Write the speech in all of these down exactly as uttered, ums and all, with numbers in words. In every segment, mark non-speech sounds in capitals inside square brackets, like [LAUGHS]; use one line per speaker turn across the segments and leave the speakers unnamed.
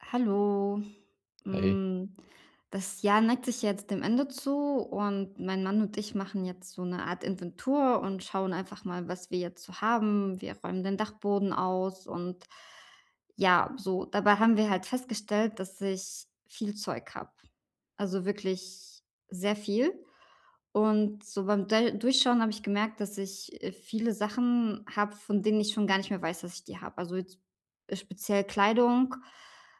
Hallo.
Hi.
Hm, Das Jahr neigt sich ja jetzt dem Ende zu, und mein Mann und ich machen jetzt so eine Art Inventur und schauen einfach mal, was wir jetzt so haben. Wir räumen den Dachboden aus und ja, so. Dabei haben wir halt festgestellt, dass ich viel Zeug habe. Also wirklich sehr viel. Und so beim Dei Durchschauen habe ich gemerkt, dass ich, äh, viele Sachen habe, von denen ich schon gar nicht mehr weiß, dass ich die habe. Also jetzt äh, speziell Kleidung,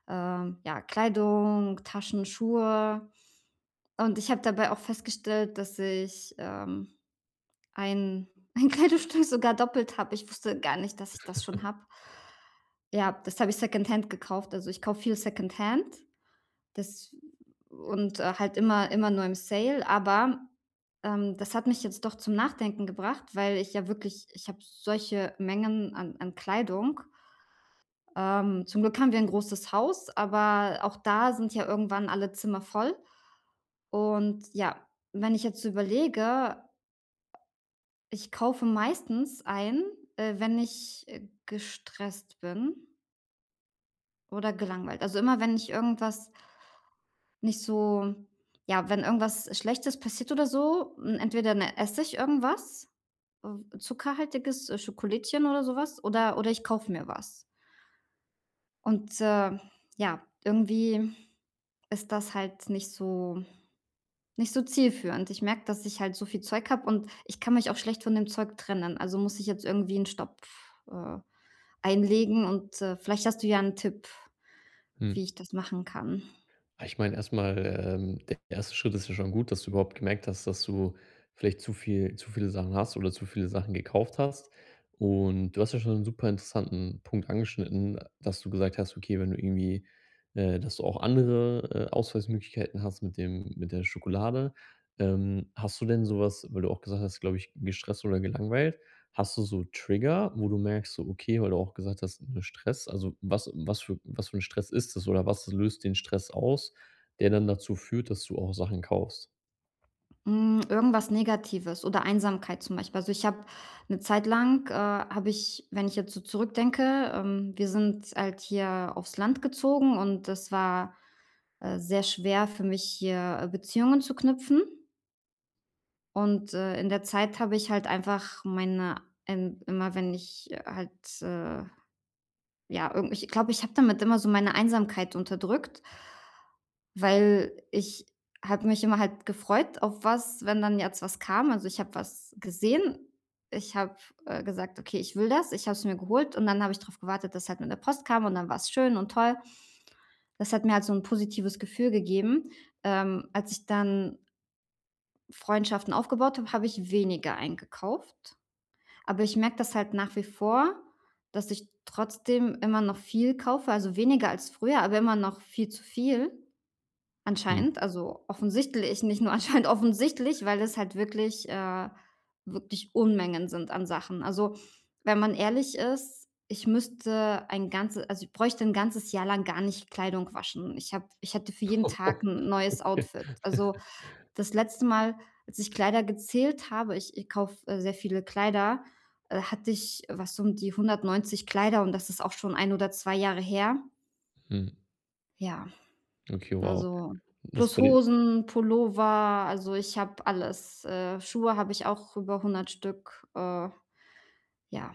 ähm, ja, Kleidung, Taschen, Schuhe. Und ich habe dabei auch festgestellt, dass ich, ähm, ein [LAUGHS] ein Kleidungsstück sogar doppelt habe. Ich wusste gar nicht, dass ich das schon habe. Ja, das habe ich Secondhand gekauft. Also, ich kaufe viel Secondhand. Das und, äh, halt immer immer nur im Sale, aber, ähm, das hat mich jetzt doch zum Nachdenken gebracht, weil ich ja wirklich ich habe solche Mengen an an Kleidung. Ähm, zum Glück haben wir ein großes Haus, aber auch da sind ja irgendwann alle Zimmer voll. Und ja, wenn ich jetzt so überlege, ich kaufe meistens ein, äh, wenn ich, äh, gestresst bin oder gelangweilt. Also, immer wenn ich irgendwas nicht so ja, wenn irgendwas Schlechtes passiert oder so, hm, entweder, ne, esse ich irgendwas, äh, zuckerhaltiges, äh, Schokolädchen oder sowas oder oder ich kaufe mir was. Und, äh, ja, irgendwie ist das halt nicht so nicht so zielführend. Ich merke, dass ich halt so viel Zeug habe und ich kann mich auch schlecht von dem Zeug trennen. Also, muss ich jetzt irgendwie einen Stopp, äh, einlegen und, äh, vielleicht hast du ja einen Tipp,
Hm.
wie ich das machen kann.
Ah, ich meine erstmal ähm, der erste Schritt ist ja schon gut, dass du überhaupt gemerkt hast, dass du vielleicht zu viel zu viele Sachen hast oder zu viele Sachen gekauft hast. Und du hast ja schon einen super interessanten Punkt angeschnitten, dass du gesagt hast, okay, wenn du irgendwie äh, dass du auch andere, äh, Ausweichmöglichkeiten hast mit dem mit der Schokolade. Ähm, hast du denn sowas, weil du auch gesagt hast, glaube ich, gestresst oder gelangweilt? Hast du so Trigger, wo du merkst so, okay, weil du auch gesagt hast, 'ne Stress, also, was was für was für ein Stress ist das oder was löst den Stress aus, der dann dazu führt, dass du auch Sachen kaufst?
Hm, irgendwas Negatives oder Einsamkeit zum Beispiel. Also, ich habe eine Zeit lang, äh habe ich wenn ich jetzt so zurückdenke, ähm, wir sind halt hier aufs Land gezogen und es war, äh, sehr schwer für mich, hier, äh, Beziehungen zu knüpfen. Und, äh, in der Zeit habe ich halt einfach meine ähm, immer wenn ich äh, halt, äh ja, irgendw ich glaube, ich habe damit immer so meine Einsamkeit unterdrückt, weil ich habe mich immer halt gefreut auf was, wenn dann jetzt was kam. Also, ich habe was gesehen. Ich habe, äh, gesagt: „Okay, ich will das.“ Ich habe es mir geholt und dann habe ich darauf gewartet, dass halt mit der Post kam und dann war es schön und toll. Das hat mir halt so 'n positives Gefühl gegeben. Ähm, als ich dann Freundschaften aufgebaut habe, habe ich weniger eingekauft. Aber ich merke das halt nach wie vor, dass ich trotzdem immer noch viel kaufe, also weniger als früher, aber immer noch viel zu viel.
Mhm.
Anscheinend, also offensichtlich, nicht nur anscheinend, [LAUGHS] offensichtlich, weil es halt wirklich äh, wirklich Unmengen sind an Sachen. Also, wenn man ehrlich ist, ich müsste ein ganzes, also, ich bräuchte ein ganzes Jahr lang gar nicht Kleidung waschen. Ich habe ich hätte für jeden
[LAUGHS]
Tag ein neues
Okay.
Outfit. Also, das letzte Mal, als ich Kleider gezählt habe ich ich kaufe, äh, sehr viele Kleider, äh, hatte ich äh, was um die hundertneunzig Kleider, und das ist auch schon ein oder zwei Jahre her.
Mhm.
Ja.
Okay, wow.
Also,
Das
plus
bei den
Hosen, Pullover, also ich habe alles. Äh, Schuhe habe ich auch über hundert Stück. Äh, ja.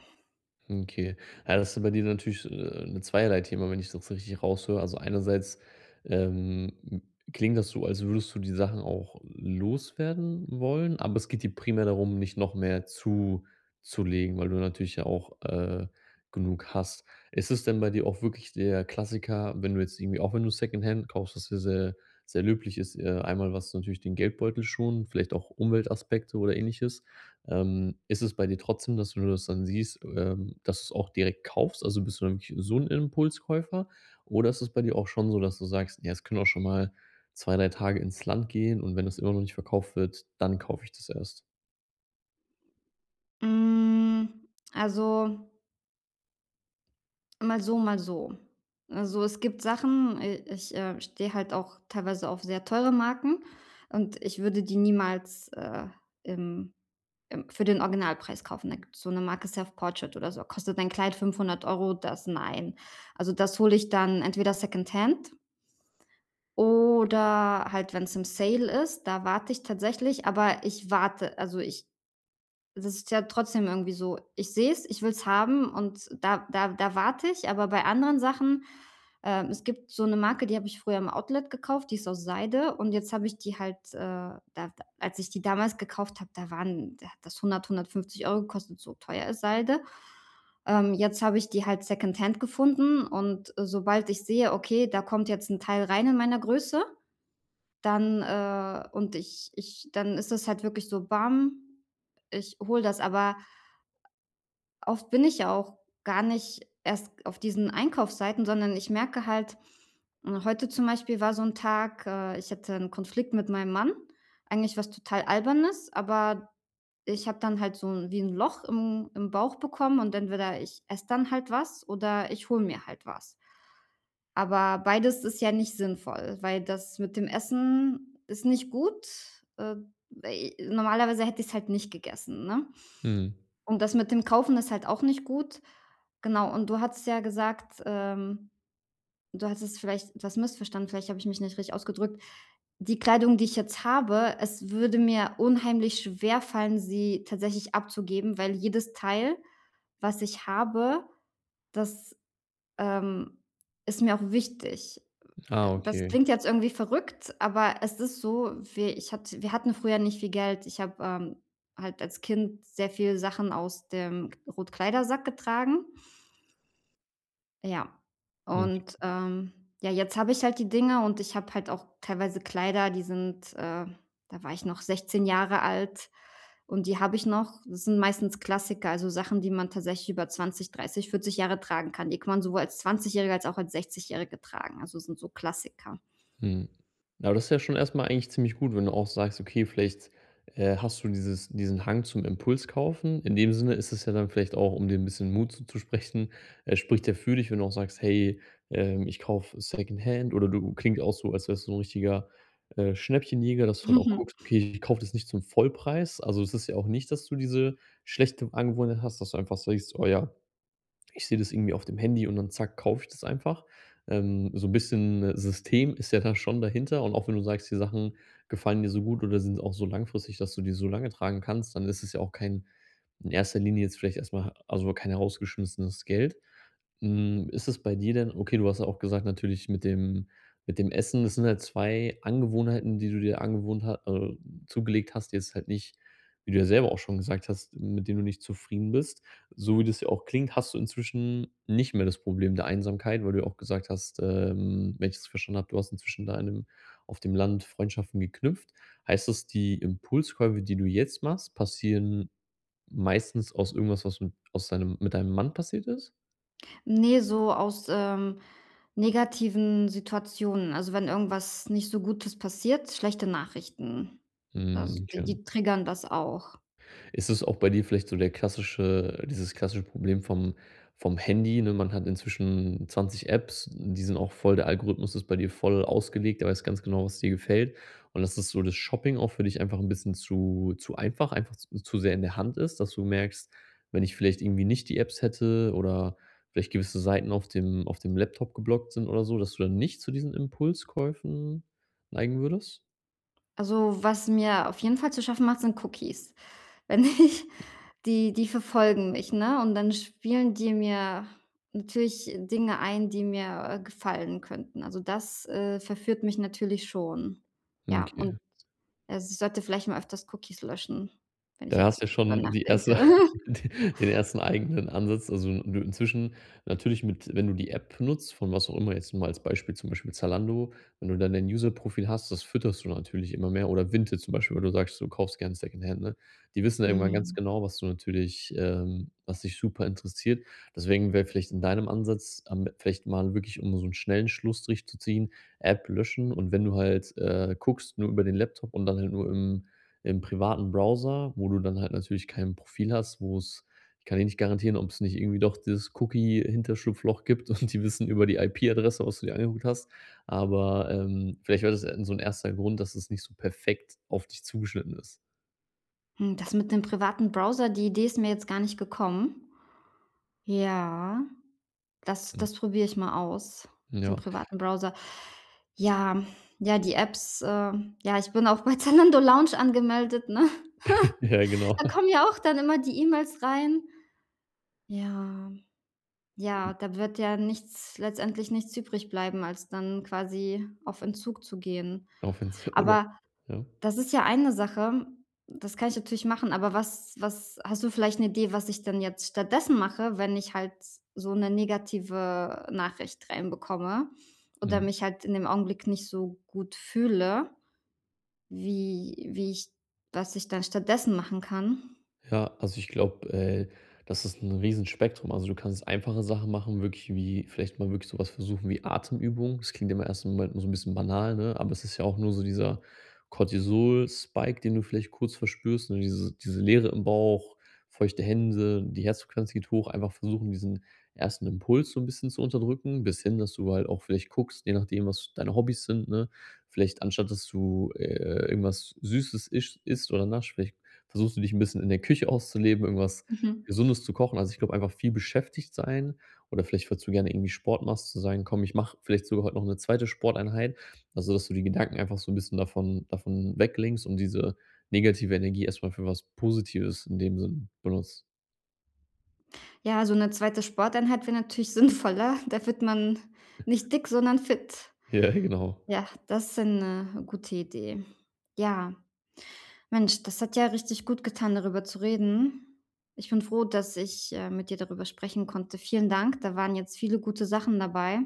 Okay. Ja, das ist bei dir natürlich, äh, 'ne zweierlei Thema, wenn ich das richtig raushöre. Also, einerseits, ähm, m klingt das so, als würdest du die Sachen auch loswerden wollen, aber es geht dir primär darum, nicht noch mehr zuzulegen, weil du natürlich ja auch, äh, genug hast. Ist es denn bei dir auch wirklich der Klassiker, wenn du jetzt irgendwie auch wenn du Secondhand kaufst, was ja sehr, sehr löblich ist, äh, einmal was natürlich den Geldbeutel schonen, vielleicht auch Umweltaspekte oder Ähnliches. Ähm, ist es bei dir trotzdem, dass du das dann siehst, ähm, dass du's auch direkt kaufst? Also, bist du dann wirklich so ein Impulskäufer? Oder ist es bei dir auch schon so, dass du sagst: „Ja, es können auch schon mal zwei, drei Tage ins Land gehen und wenn das immer noch nicht verkauft wird, dann kaufe ich das erst?“
Hm, also mal so, mal so. Also, es gibt Sachen, äh, ich, äh, stehe halt auch teilweise auf sehr teure Marken und ich würde die niemals, äh, im im für den Originalpreis kaufen. Da gibt's so eine Marke Self Portrait oder so. Kostet ein Kleid fünfhundert Euro. Das nein. Also, das hole ich dann entweder secondhand oder halt, wenn es im Sale ist, da warte ich tatsächlich, aber ich warte. Also, ich Das ist ja trotzdem irgendwie so, ich sehe es, ich will es haben und da da da warte ich, aber bei anderen Sachen ähm, es gibt so 'ne Marke, die habe ich früher im Outlet gekauft, die ist aus Seide und jetzt habe ich die halt, äh da da als ich die damals gekauft habe, da waren da hat das hundert, hundertfünfzig Euro gekostet, so teuer ist Seide. Ähm, jetzt habe ich die halt secondhand gefunden und äh, sobald ich sehe, okay, da kommt jetzt 'n Teil rein in meiner Größe, dann, äh und ich ich dann ist das halt wirklich so bam, ich hole das. Aber oft bin ich ja auch gar nicht erst auf diesen Einkaufsseiten, sondern ich merke halt hm, heute zum Beispiel war so ein Tag, äh, ich hatte einen Konflikt mit meinem Mann, eigentlich was total Albernes, aber ich habe dann halt so 'n wie ein Loch im im Bauch bekommen, und entweder ich esse dann halt was oder ich hole mir halt was. Aber beides ist ja nicht sinnvoll, weil das mit dem Essen ist nicht gut. Äh, Weil normalerweise hätte ich's halt nicht gegessen, ne?
Mhm.
Und das mit dem Kaufen ist halt auch nicht gut. Genau, und du hattest ja gesagt, ähm du hast es vielleicht etwas missverstanden, vielleicht habe ich mich nicht richtig ausgedrückt. Die Kleidung, die ich jetzt habe, es würde mir unheimlich schwerfallen, sie tatsächlich abzugeben, weil jedes Teil, was ich habe, das, ähm, ist mir auch wichtig.
Ah,
Äh, das
okay.
klingt jetzt irgendwie verrückt, aber es ist so, wir ich hatte wir hatten früher nicht viel Geld. Ich habe, ähm, halt als Kind sehr viele Sachen aus dem Rotkleidersack getragen. Ja. Und, ähm, ja, jetzt habe ich halt die Dinger und ich habe halt auch teilweise Kleider, die sind, äh da war ich noch sechzehn Jahre alt und die habe ich noch. Das sind meistens Klassiker, also Sachen, die man tatsächlich über zwanzig, dreißig, vierzig Jahre tragen kann. Die kann man sowohl als Zwanzigjährige als auch als Sechzigjährige tragen. Also sind so Klassiker.
Mhm. Aber das ist ja schon erstmal eigentlich ziemlich gut, wenn du auch sagst: „Okay, vielleicht, äh, hast du dieses diesen Hang zum Impulskaufen.“ In dem Sinne ist es ja dann vielleicht auch, um dir ein bisschen Mut zuzusprechen, äh, spricht ja für dich, wenn du auch sagst: „Hey, ähm, ich kaufe Secondhand.“ Oder du klingt auch so, als wärst du so ein richtiger, äh, Schnäppchenjäger, dass du halt auch guckst:
[LAUGHS]
„Okay, ich kaufe das nicht zum Vollpreis.“ Also, es ist ja auch nicht, dass du diese schlechte Angewohnheit hast, dass du einfach sagst: „Oh ja, ich sehe das irgendwie auf dem Handy und dann zack, kaufe ich das einfach. Ähm, so ein bisschen, äh, System ist ja da schon dahinter und auch wenn du sagst, die Sachen gefallen dir so gut oder sind auch so langfristig, dass du die so lange tragen kannst, dann ist es ja auch kein, in erster Linie jetzt vielleicht erstmal, also kein herausgeschmissenes Geld. Hm, ist es bei dir denn okay, du hast ja auch gesagt, natürlich mit dem mit dem Essen, das sind halt zwei Angewohnheiten, die du dir angewohnt hast, äh, zugelegt hast, die jetzt halt nicht, wie du ja selber auch schon gesagt hast, mit denen du nicht zufrieden bist. So wie das ja auch klingt, hast du inzwischen nicht mehr das Problem der Einsamkeit, weil du ja auch gesagt hast, ähm, wenn ich das verstanden habe, du hast inzwischen da in dem auf dem Land Freundschaften geknüpft. Heißt das, die Impulskäufe, die du jetzt machst, passieren meistens aus irgendwas, was mit aus deinem mit deinem Mann passiert ist?
Nee, so aus, ähm, negativen Situationen. Also, wenn irgendwas nicht so Gutes passiert, schlechte Nachrichten.
Mhm,
Also, die
okay.
die triggern das auch.
Ist es auch bei dir vielleicht so der klassische dieses klassische Problem vom vom Handy, ne? Man hat inzwischen zwanzig Apps, die sind auch voll, der Algorithmus ist bei dir voll ausgelegt, der weiß ganz genau, was dir gefällt. Und dass das so, das Shopping auch für dich einfach ein bisschen zu zu einfach einfach z zu sehr in der Hand ist, dass du merkst: „Wenn ich vielleicht irgendwie nicht die Apps hätte oder vielleicht gewisse Seiten auf dem auf dem Laptop geblockt sind oder so“, dass du dann nicht zu diesen Impulskäufen neigen würdest?
Also, was mir auf jeden Fall zu schaffen macht, sind Cookies. [LAUGHS] Wenn ich die die verfolgen mich, ne, und dann spielen die mir natürlich Dinge ein, die mir, äh, gefallen könnten. Also, das, äh, verführt mich natürlich schon. Ja,
Okay.
und, also, ich sollte vielleicht mal öfters Cookies löschen, wenn ich
Da
jetzt so
hast du
drüber
schon die
nachdenke.
erste
[LAUGHS]
[LAUGHS] den ersten eigenen Ansatz. Also, du inzwischen natürlich mit, wenn du die App nutzt, von was auch immer, jetzt mal als Beispiel zum Beispiel Zalando, wenn du dann dein User-Profil hast, das fütterst du natürlich immer mehr, oder Vinted zum Beispiel, weil du sagst, du kaufst gerne Secondhand, ne? Die wissen ja irgendwann ganz
Mhm.
genau, was du natürlich, ähm, was dich super interessiert. Deswegen wäre vielleicht in deinem Ansatz am, vielleicht mal wirklich, um so einen schnellen Schlussstrich zu ziehen, App löschen und wenn du halt, äh, guckst, nur über den Laptop und dann halt nur im im privaten Browser, wo du dann halt natürlich kein Profil hast, wo es, ich kann dir nicht garantieren, ob es nicht irgendwie doch dieses Cookie-Hinterschlupfloch gibt und die wissen über die I P-Adresse, was du dir angeguckt hast. Aber, ähm, vielleicht wäre das, äh, so ein erster Grund, dass es nicht so perfekt auf dich zugeschnitten ist.
Hm, das mit dem privaten Browser, die Idee ist mir jetzt gar nicht gekommen. Ja, das
Mhm.
das probiere ich mal aus mit dem
Ja,
privaten Browser. Ja, ja, die Apps, äh ja, ich bin auch bei [LAUGHS] Zalando Lounge angemeldet, ne?
[LAUGHS]
[LAUGHS]
ja, genau.
Da kommen ja auch dann immer die E-Mails rein. Ja, ja, da wird ja nichts letztendlich nichts übrig bleiben, als dann quasi auf Entzug zu gehen.
Auch wenn's oder
Aber
ja,
das ist ja eine Sache, das kann ich natürlich machen, aber was was hast du vielleicht 'ne Idee, was ich denn jetzt stattdessen mache, wenn ich halt so 'ne negative Nachricht reinbekomme oder
mhm.
mich halt in dem Augenblick nicht so gut fühle, wie wie ich was ich dann stattdessen machen kann?
Ja, also ich glaube, äh, das ist 'n Riesenspektrum. Also, du kannst einfache Sachen machen, wirklich wie vielleicht mal wirklich so was versuchen wie Atemübungen. Das klingt im ersten Moment nur so ein bisschen banal, ne, aber es ist ja auch nur so dieser Cortisol-Spike, den du vielleicht kurz verspürst, ne, diese diese Leere im Bauch, feuchte Hände, die Herzfrequenz geht hoch. Einfach versuchen, diesen ersten Impuls so ein bisschen zu unterdrücken, bis hin, dass du halt auch vielleicht guckst, je nachdem, was deine Hobbys sind, ne? Vielleicht anstatt, dass du, äh, irgendwas Süßes isch isst oder nascht, vielleicht versuchst du dich ein bisschen in der Küche auszuleben, irgendwas
Mhm.
Gesundes zu kochen? Also, ich glaube einfach viel beschäftigt sein oder vielleicht, falls du gerne irgendwie Sport machst, zu sagen: „Komm, ich mache vielleicht sogar heute noch eine zweite Sporteinheit.“ Also, dass du die Gedanken einfach so ein bisschen davon davon weglenkst und diese negative Energie erstmal für was Positives in dem Sinn benutzt.
Ja, so 'ne zweite Sporteinheit wäre natürlich [LAUGHS] sinnvoller. Da wird man nicht dick, sondern fit.
Ja, [LAUGHS] genau.
Ja, das ist 'ne gute Idee. Ja. Mensch, das hat ja richtig gut getan, darüber zu reden. Ich bin froh, dass ich, äh, mit dir darüber sprechen konnte. Vielen Dank. Da waren jetzt viele gute Sachen dabei.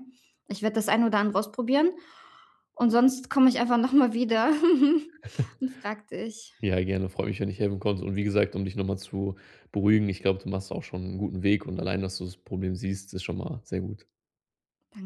Ich werde das ein oder andere ausprobieren und sonst komme ich einfach noch mal wieder [LAUGHS] und frage dich.
Ja, gerne. Freue mich, wenn ich helfen konnte. Und wie gesagt, um dich nochmal zu beruhigen, ich glaube, du machst auch schon einen guten Weg und allein, dass du das Problem siehst, ist schon mal sehr gut.